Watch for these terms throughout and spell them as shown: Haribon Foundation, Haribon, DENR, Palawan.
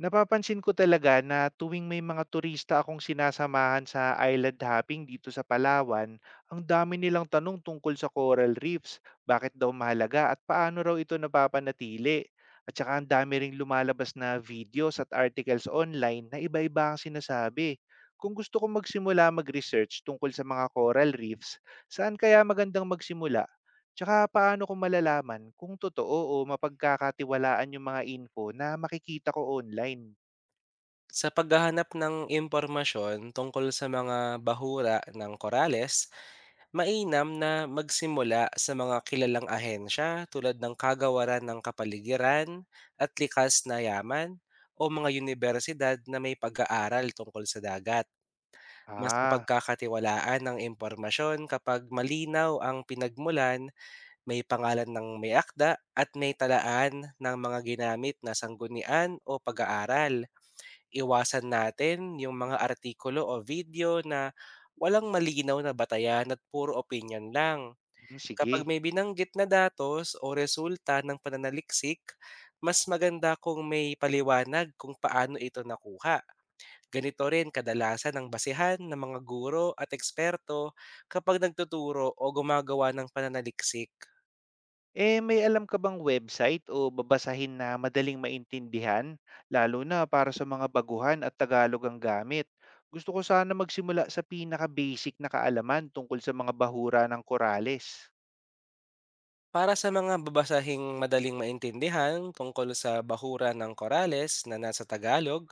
Napapansin ko talaga na tuwing may mga turista akong sinasamahan sa island hopping dito sa Palawan, ang dami nilang tanong tungkol sa coral reefs, bakit daw mahalaga at paano raw ito napapanatili. At saka ang dami ring lumalabas na videos at articles online na iba-iba ang sinasabi. Kung gusto kong magsimula mag-research tungkol sa mga coral reefs, saan kaya magandang magsimula? Tsaka paano ko malalaman kung totoo o mapagkakatiwalaan yung mga info na makikita ko online? Sa paghahanap ng impormasyon tungkol sa mga bahura ng Corales, mainam na magsimula sa mga kilalang ahensya tulad ng Kagawaran ng Kapaligiran at Likas na Yaman o mga universidad na may pag-aaral tungkol sa dagat. Mas Ah, mapagkakatiwalaan ang impormasyon kapag malinaw ang pinagmulan, may pangalan ng may akda at may talaan ng mga ginamit na sanggunian o pag-aaral. Iwasan natin yung mga artikulo o video na walang malinaw na batayan at puro opinion lang. mm, Kapag sige. may binanggit na datos o resulta ng pananaliksik, mas maganda kung may paliwanag kung paano ito nakuha. Ganito rin kadalasan ang basehan ng mga guro at eksperto kapag nagtuturo o gumagawa ng pananaliksik. Eh, may alam ka bang website o babasahin na madaling maintindihan? Lalo na para sa mga baguhan at Tagalog ang gamit. Gusto ko sana magsimula sa pinaka-basic na kaalaman tungkol sa mga bahura ng Corales. Para sa mga babasahing madaling maintindihan tungkol sa bahura ng Corales na nasa Tagalog,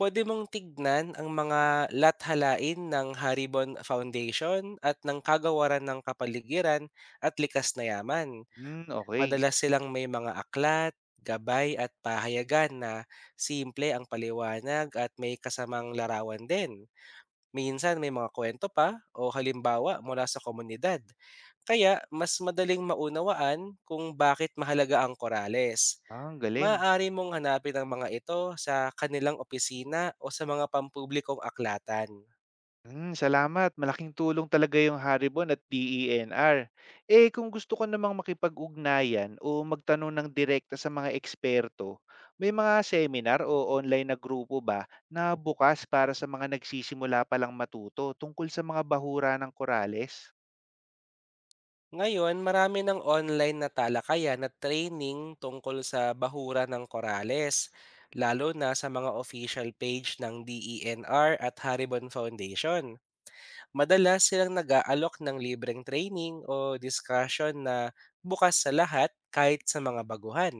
puwede mong tignan ang mga lathalain ng Haribon Foundation at ng Kagawaran ng Kapaligiran at Likas na Yaman. Hmm, okay. Madalas silang may mga aklat, gabay at pahayagan na simple ang paliwanag at may kasamang larawan din. Minsan may mga kwento pa o halimbawa mula sa komunidad. Kaya mas madaling maunawaan kung bakit mahalaga ang Corales. Ah, ang galing. Maaari mong hanapin ang mga ito sa kanilang opisina o sa mga pampublikong aklatan. Hmm, salamat. Malaking tulong talaga yung Haribon at DENR. Eh, kung gusto ko namang makipag-ugnayan o magtanong ng direkta sa mga eksperto, may mga seminar o online na grupo ba na bukas para sa mga nagsisimula palang matuto tungkol sa mga bahura ng korales? Ngayon, marami ng online na talakayan at training tungkol sa bahura ng korales, lalo na sa mga official page ng DENR at Haribon Foundation. Madalas silang nag-aalok ng libreng training o discussion na bukas sa lahat kahit sa mga baguhan.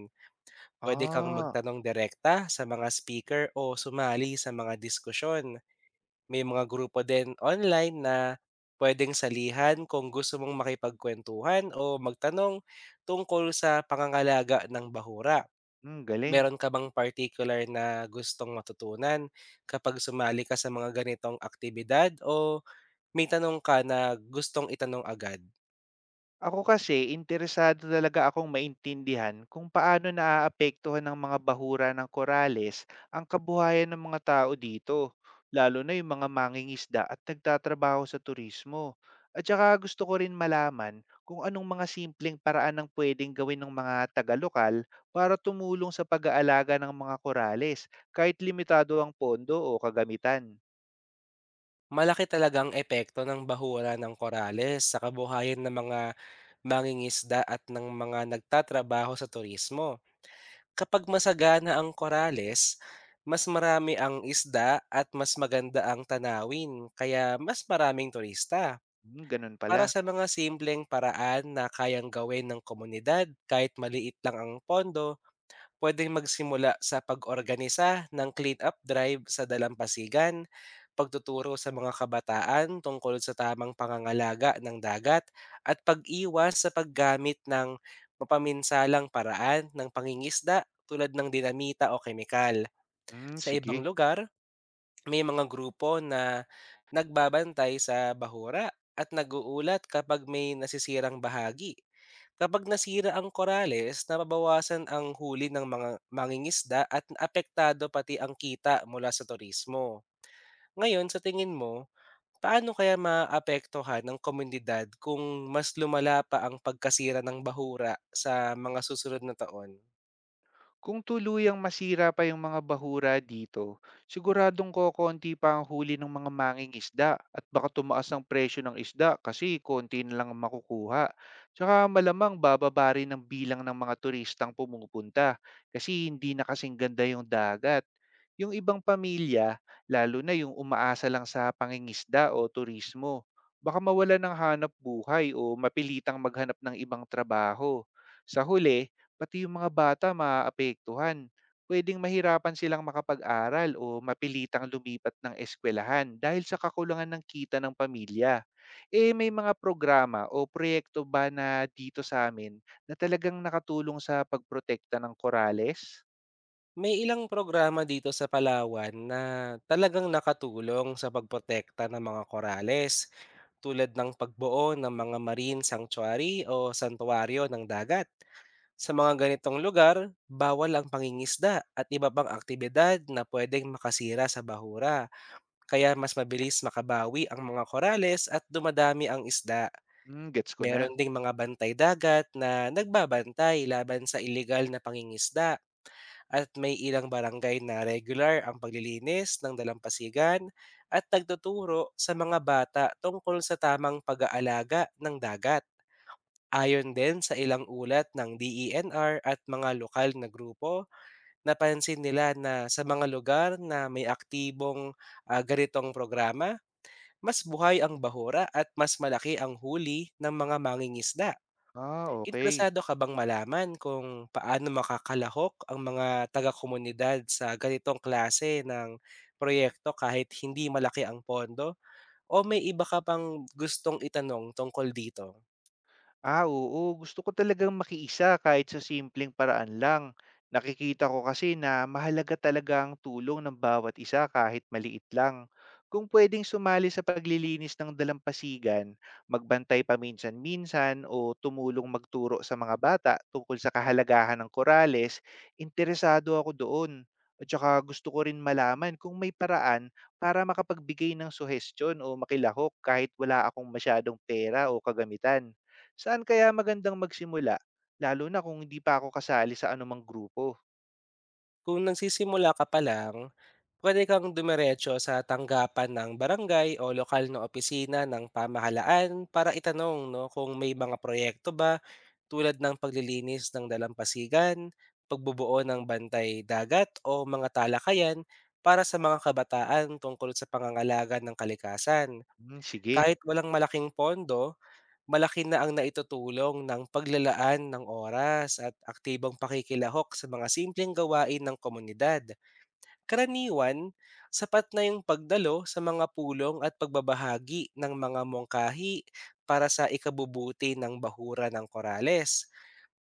Pwede kang Ah, magtanong direkta sa mga speaker o sumali sa mga diskusyon. May mga grupo din online na pwedeng salihan kung gusto mong makipagkuwentuhan o magtanong tungkol sa pangangalaga ng bahura. hmm, galing. Meron ka bang particular na gustong matutunan kapag sumali ka sa mga ganitong aktibidad, o may tanong ka na gustong itanong agad? Ako kasi interesado talaga akong maintindihan kung paano naaapektuhan ng mga bahura ng korales ang kabuhayan ng mga tao dito, lalo na yung mga mangingisda at nagtatrabaho sa turismo. At saka gusto ko rin malaman kung anong mga simpleng paraan ang pwedeng gawin ng mga taga-lokal para tumulong sa pag-aalaga ng mga korales kahit limitado ang pondo o kagamitan. Malaki talagang epekto ng bahura ng korales sa kabuhayan ng mga mangingisda at ng mga nagtatrabaho sa turismo. Kapag masagana ang korales, mas marami ang isda at mas maganda ang tanawin, kaya mas maraming turista. Hmm, ganun Para pala. sa mga simpleng paraan na kayang gawin ng komunidad kahit maliit lang ang pondo, puwedeng magsimula sa pag-organisa ng clean-up drive sa dalampasigan, pagtuturo sa mga kabataan tungkol sa tamang pangangalaga ng dagat, at pag-iwas sa paggamit ng mapaminsalang paraan ng pangingisda tulad ng dinamita o kemikal. Hmm, Sa ibang sige. lugar, may mga grupo na nagbabantay sa bahura at naguulat kapag may nasisirang bahagi. Kapag nasira ang korales, nababawasan ang huli ng mga mangingisda at apektado pati ang kita mula sa turismo. Ngayon, sa tingin mo, paano kaya maapektuhan ng komunidad kung mas lumala pa ang pagkasira ng bahura sa mga susunod na taon? Kung tuluyang masira pa yung mga bahura dito, siguradong kokonti pa ang huli ng mga manging isda at baka tumaas ang presyo ng isda kasi konti na lang ang makukuha. Tsaka malamang bababa rin ang bilang ng mga turistang pumupunta kasi hindi na kasing ganda yung dagat. Yung ibang pamilya, lalo na yung umaasa lang sa pangingisda o turismo, baka mawala ng hanap buhay o mapilitang maghanap ng ibang trabaho. Sa huli, pati yung mga bata maaapektuhan. Pwedeng mahirapan silang makapag-aral o mapilitang lumipat ng eskwelahan dahil sa kakulangan ng kita ng pamilya. Eh may mga programa o proyekto ba na dito sa amin na talagang nakatulong sa pagprotekta ng korales? May ilang programa dito sa Palawan na talagang nakatulong sa pagprotekta ng mga korales, tulad ng pagbuo ng mga marine sanctuary o santuario ng dagat. Sa mga ganitong lugar, bawal ang pangingisda at iba pang aktibidad na pwedeng makasira sa bahura, kaya mas mabilis makabawi ang mga korales at dumadami ang isda. Hmm, gets ko na. Meron ding mga bantay dagat na nagbabantay laban sa ilegal na pangingisda at may ilang barangay na regular ang paglilinis ng dalampasigan at nagtuturo sa mga bata tungkol sa tamang pag-aalaga ng dagat. Ayon din sa ilang ulat ng DENR at mga lokal na grupo, napansin nila na sa mga lugar na may aktibong ganitong programa, mas buhay ang bahura at mas malaki ang huli ng mga mangingisda. Ah, okay. Interesado ka bang malaman kung paano makakalahok ang mga taga-komunidad sa ganitong klase ng proyekto kahit hindi malaki ang pondo? O may iba ka pang gustong itanong tungkol dito? Ah, oo. Gusto ko talagang makiisa kahit sa simpleng paraan lang. Nakikita ko kasi na mahalaga talaga ang tulong ng bawat isa kahit maliit lang. Kung pwedeng sumali sa paglilinis ng dalampasigan, magbantay paminsan-minsan o tumulong magturo sa mga bata tungkol sa kahalagahan ng korales, interesado ako doon. At saka gusto ko rin malaman kung may paraan para makapagbigay ng suhestyon o makilahok kahit wala akong masyadong pera o kagamitan. Saan kaya magandang magsimula? Lalo na kung hindi pa ako kasali sa anumang grupo. Kung nagsisimula ka pa lang, pwede kang dumiretso sa tanggapan ng barangay o lokal na opisina ng pamahalaan para itanong no, kung may mga proyekto ba tulad ng paglilinis ng dalampasigan, pagbubuo ng bantay dagat o mga talakayan para sa mga kabataan tungkol sa pangangalaga ng kalikasan. Hmm, sige. Kahit walang malaking pondo, malaki na ang naitutulong ng paglalaan ng oras at aktibong pakikilahok sa mga simpleng gawain ng komunidad. Karaniwan, sapat na yung pagdalo sa mga pulong at pagbabahagi ng mga mongkahi para sa ikabubuti ng bahura ng korales.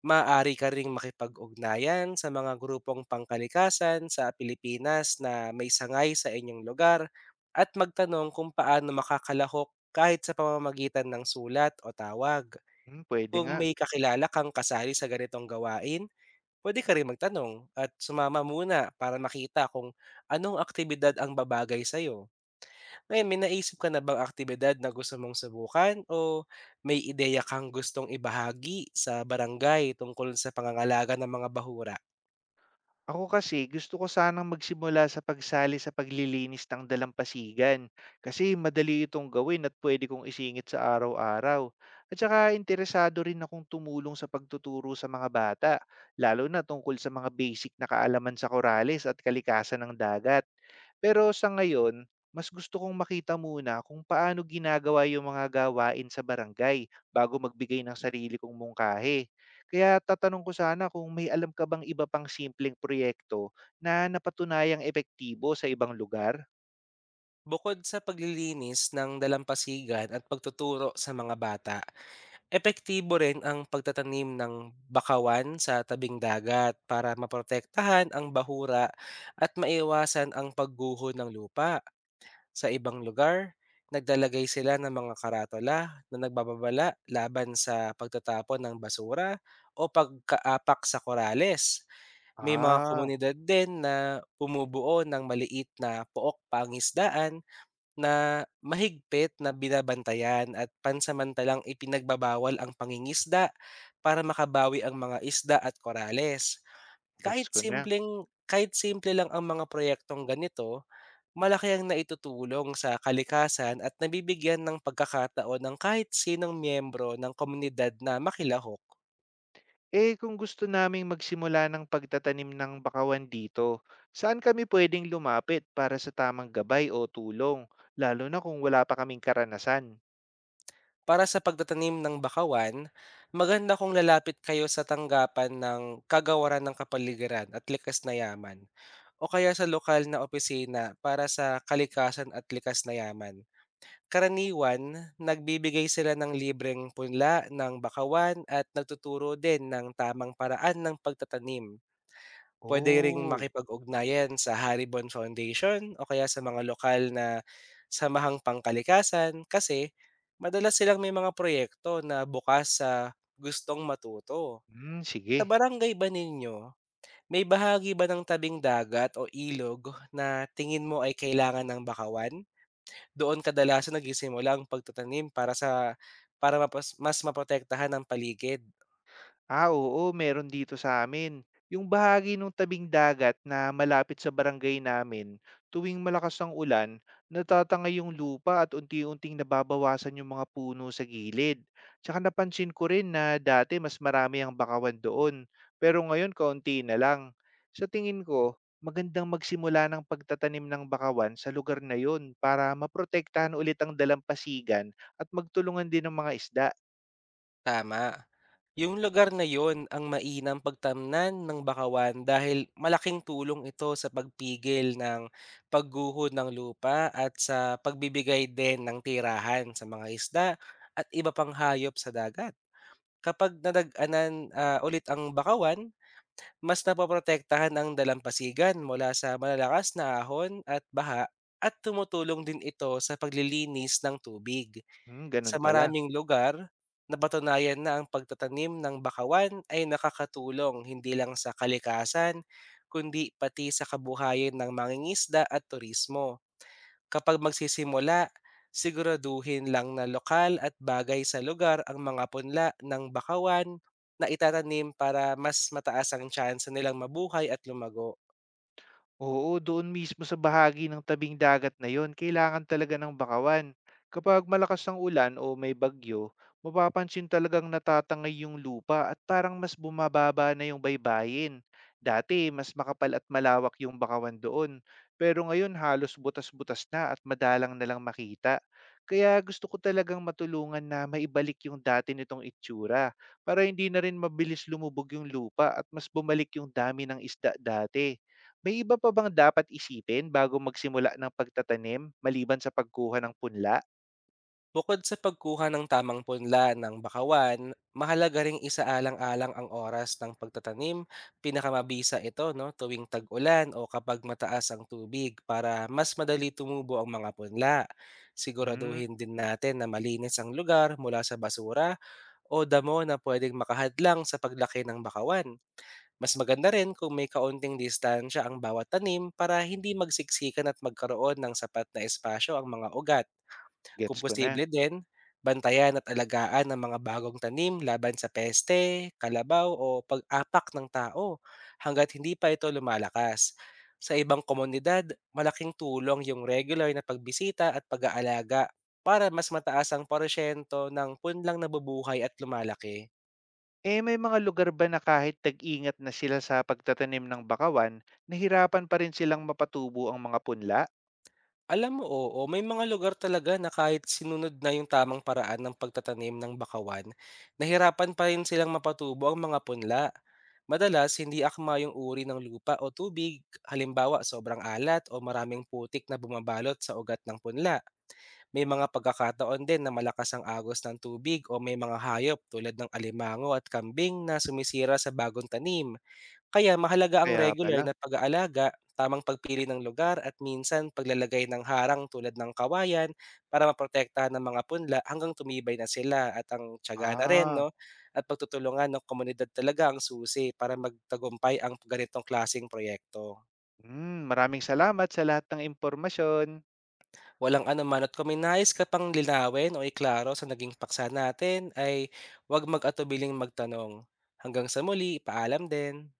Maaari ka ring makipag-ugnayan sa mga grupong pangkalikasan sa Pilipinas na may sangay sa inyong lugar at magtanong kung paano makakalahok kahit sa pamamagitan ng sulat o tawag. Hmm, pwede Kung nga. may kakilala kang kasali sa ganitong gawain, puwede ka rin magtanong at sumama muna para makita kung anong aktibidad ang babagay sa'yo. Ngayon, may naisip ka na bang aktibidad na gusto mong subukan o may ideya kang gustong ibahagi sa barangay tungkol sa pangangalaga ng mga bahura? Ako kasi gusto ko sanang magsimula sa pagsali sa paglilinis ng dalampasigan kasi madali itong gawin at pwede kong isingit sa araw-araw. At saka interesado rin akong tumulong sa pagtuturo sa mga bata, lalo na tungkol sa mga basic na kaalaman sa korales at kalikasan ng dagat. Pero sa ngayon, mas gusto kong makita muna kung paano ginagawa yung mga gawain sa barangay bago magbigay ng sarili kong mungkahi. Kaya tatanong ko sana kung may alam ka bang iba pang simpleng proyekto na napatunayang epektibo sa ibang lugar? Bukod sa paglilinis ng dalampasigan at pagtuturo sa mga bata, epektibo rin ang pagtatanim ng bakawan sa tabing dagat para maprotektahan ang bahura at maiwasan ang pagguho ng lupa. Sa ibang lugar, naglalagay sila ng mga karatola na nagbababala laban sa pagtatapon ng basura o pagkaapak sa korales. May mga Ah, komunidad din na bumubuo ng maliit na pook pangisdaan na mahigpit na binabantayan at pansamantalang ipinagbabawal ang pangingisda para makabawi ang mga isda at korales. Gets ko na. Kahit simple lang ang mga proyektong ganito, malaki ang naitutulong sa kalikasan at nabibigyan ng pagkakataon ng kahit sinong miyembro ng komunidad na makilahok. Eh kung gusto naming magsimula ng pagtatanim ng bakawan dito, saan kami pwedeng lumapit para sa tamang gabay o tulong, lalo na kung wala pa kaming karanasan? Para sa pagtatanim ng bakawan, maganda kung lalapit kayo sa tanggapan ng Kagawaran ng Kapaligiran at Likas na Yaman o kaya sa lokal na opisina para sa kalikasan at likas na yaman. Karaniwan, nagbibigay sila ng libreng punla ng bakawan at nagtuturo din ng tamang paraan ng pagtatanim. Puwede ring Oh, makipag-ugnayan sa Haribon Foundation o kaya sa mga lokal na samahang pangkalikasan kasi madalas silang may mga proyekto na bukas sa gustong matuto. hmm, Sa sige. barangay ba ninyo, may bahagi ba ng tabing dagat o ilog na tingin mo ay kailangan ng bakawan? Doon kadalasan nagsisimula ang pagtatanim para mas maprotektahan ang paligid. Ah, oo, meron dito sa amin. Yung bahagi ng tabing dagat na malapit sa barangay namin, tuwing malakas ang ulan, natatangay yung lupa at unti-unting nababawasan yung mga puno sa gilid. Tsaka napansin ko rin na dati mas marami ang bakawan doon, pero ngayon kaunti na lang. Sa tingin ko, magandang magsimula ng pagtatanim ng bakawan sa lugar na yon para maprotektahan ulit ang dalampasigan at magtulungan din ng mga isda. Tama. Yung lugar na yon ang mainam pagtamnan ng bakawan dahil malaking tulong ito sa pagpigil ng pagguho ng lupa at sa pagbibigay din ng tirahan sa mga isda at iba pang hayop sa dagat. Kapag nadag-anan ulit ang bakawan, mas napoprotektahan ang dalampasigan mula sa malalakas na ahon at baha at tumutulong din ito sa paglilinis ng tubig. Hmm, Sa ganun pala. maraming lugar, napatunayan na ang pagtatanim ng bakawan ay nakakatulong hindi lang sa kalikasan, kundi pati sa kabuhayan ng mangingisda at turismo. Kapag magsisimula, siguraduhin lang na lokal at bagay sa lugar ang mga punla ng bakawan na itatanim para mas mataas ang tsansa nilang mabuhay at lumago. Oo, doon mismo sa bahagi ng tabing dagat na yon, kailangan talaga ng bakawan. Kapag malakas ang ulan o may bagyo, mapapansin talagang natatangay yung lupa at parang mas bumababa na yung baybayin. Dati, mas makapal at malawak yung bakawan doon. Pero ngayon, halos butas-butas na at madalang na lang makita. Kaya gusto ko talagang matulungan na maibalik yung dati nitong itsura para hindi na rin mabilis lumubog yung lupa at mas bumalik yung dami ng isda dati. May iba pa bang dapat isipin bago magsimula ng pagtatanim maliban sa pagkuha ng punla? Bukod sa pagkuha ng tamang punla ng bakawan, mahalaga ring isaalang-alang ang oras ng pagtatanim. Pinakamabisa ito no, tuwing tag-ulan o kapag mataas ang tubig para mas madali tumubo ang mga punla. Hmm, Siguraduhin din natin na malinis ang lugar mula sa basura o damo na pwedeng makahadlang sa paglaki ng bakawan. Mas maganda rin kung may kaunting distansya ang bawat tanim para hindi magsiksikan at magkaroon ng sapat na espasyo ang mga ugat. Kung gets ko na. posible din, bantayan at alagaan ang mga bagong tanim laban sa peste, kalabaw o pag-apak ng tao hangga't hindi pa ito lumalakas. Sa ibang komunidad, malaking tulong yung regular na pagbisita at pag-aalaga para mas mataas ang porsyento ng punlang nabubuhay at lumalaki. Eh may mga lugar ba na kahit tag-ingat na sila sa pagtatanim ng bakawan, nahirapan pa rin silang mapatubo ang mga punla? Alam mo, oo, may mga lugar talaga na kahit sinunod na yung tamang paraan ng pagtatanim ng bakawan, nahirapan pa rin silang mapatubo ang mga punla. Madalas, hindi akma yung uri ng lupa o tubig, halimbawa sobrang alat o maraming putik na bumabalot sa ugat ng punla. May mga pagkakataon din na malakas ang agos ng tubig o may mga hayop tulad ng alimango at kambing na sumisira sa bagong tanim. Kaya mahalaga ang Kaya regular pala. na pag-aalaga, tamang pagpili ng lugar at minsan paglalagay ng harang tulad ng kawayan para maprotektahan ng mga punla hanggang tumibay na sila, at ang tiyaga na rin, Ah, no? At pagtutulungan ng komunidad talaga ang susi para magtagumpay ang ganitong klaseng proyekto. hmm, maraming salamat sa lahat ng impormasyon. Walang anuman, at kung may nais ka pang linawin o iklaro sa naging paksa natin ay huwag mag-atubiling magtanong. Hanggang sa muli, paalam din!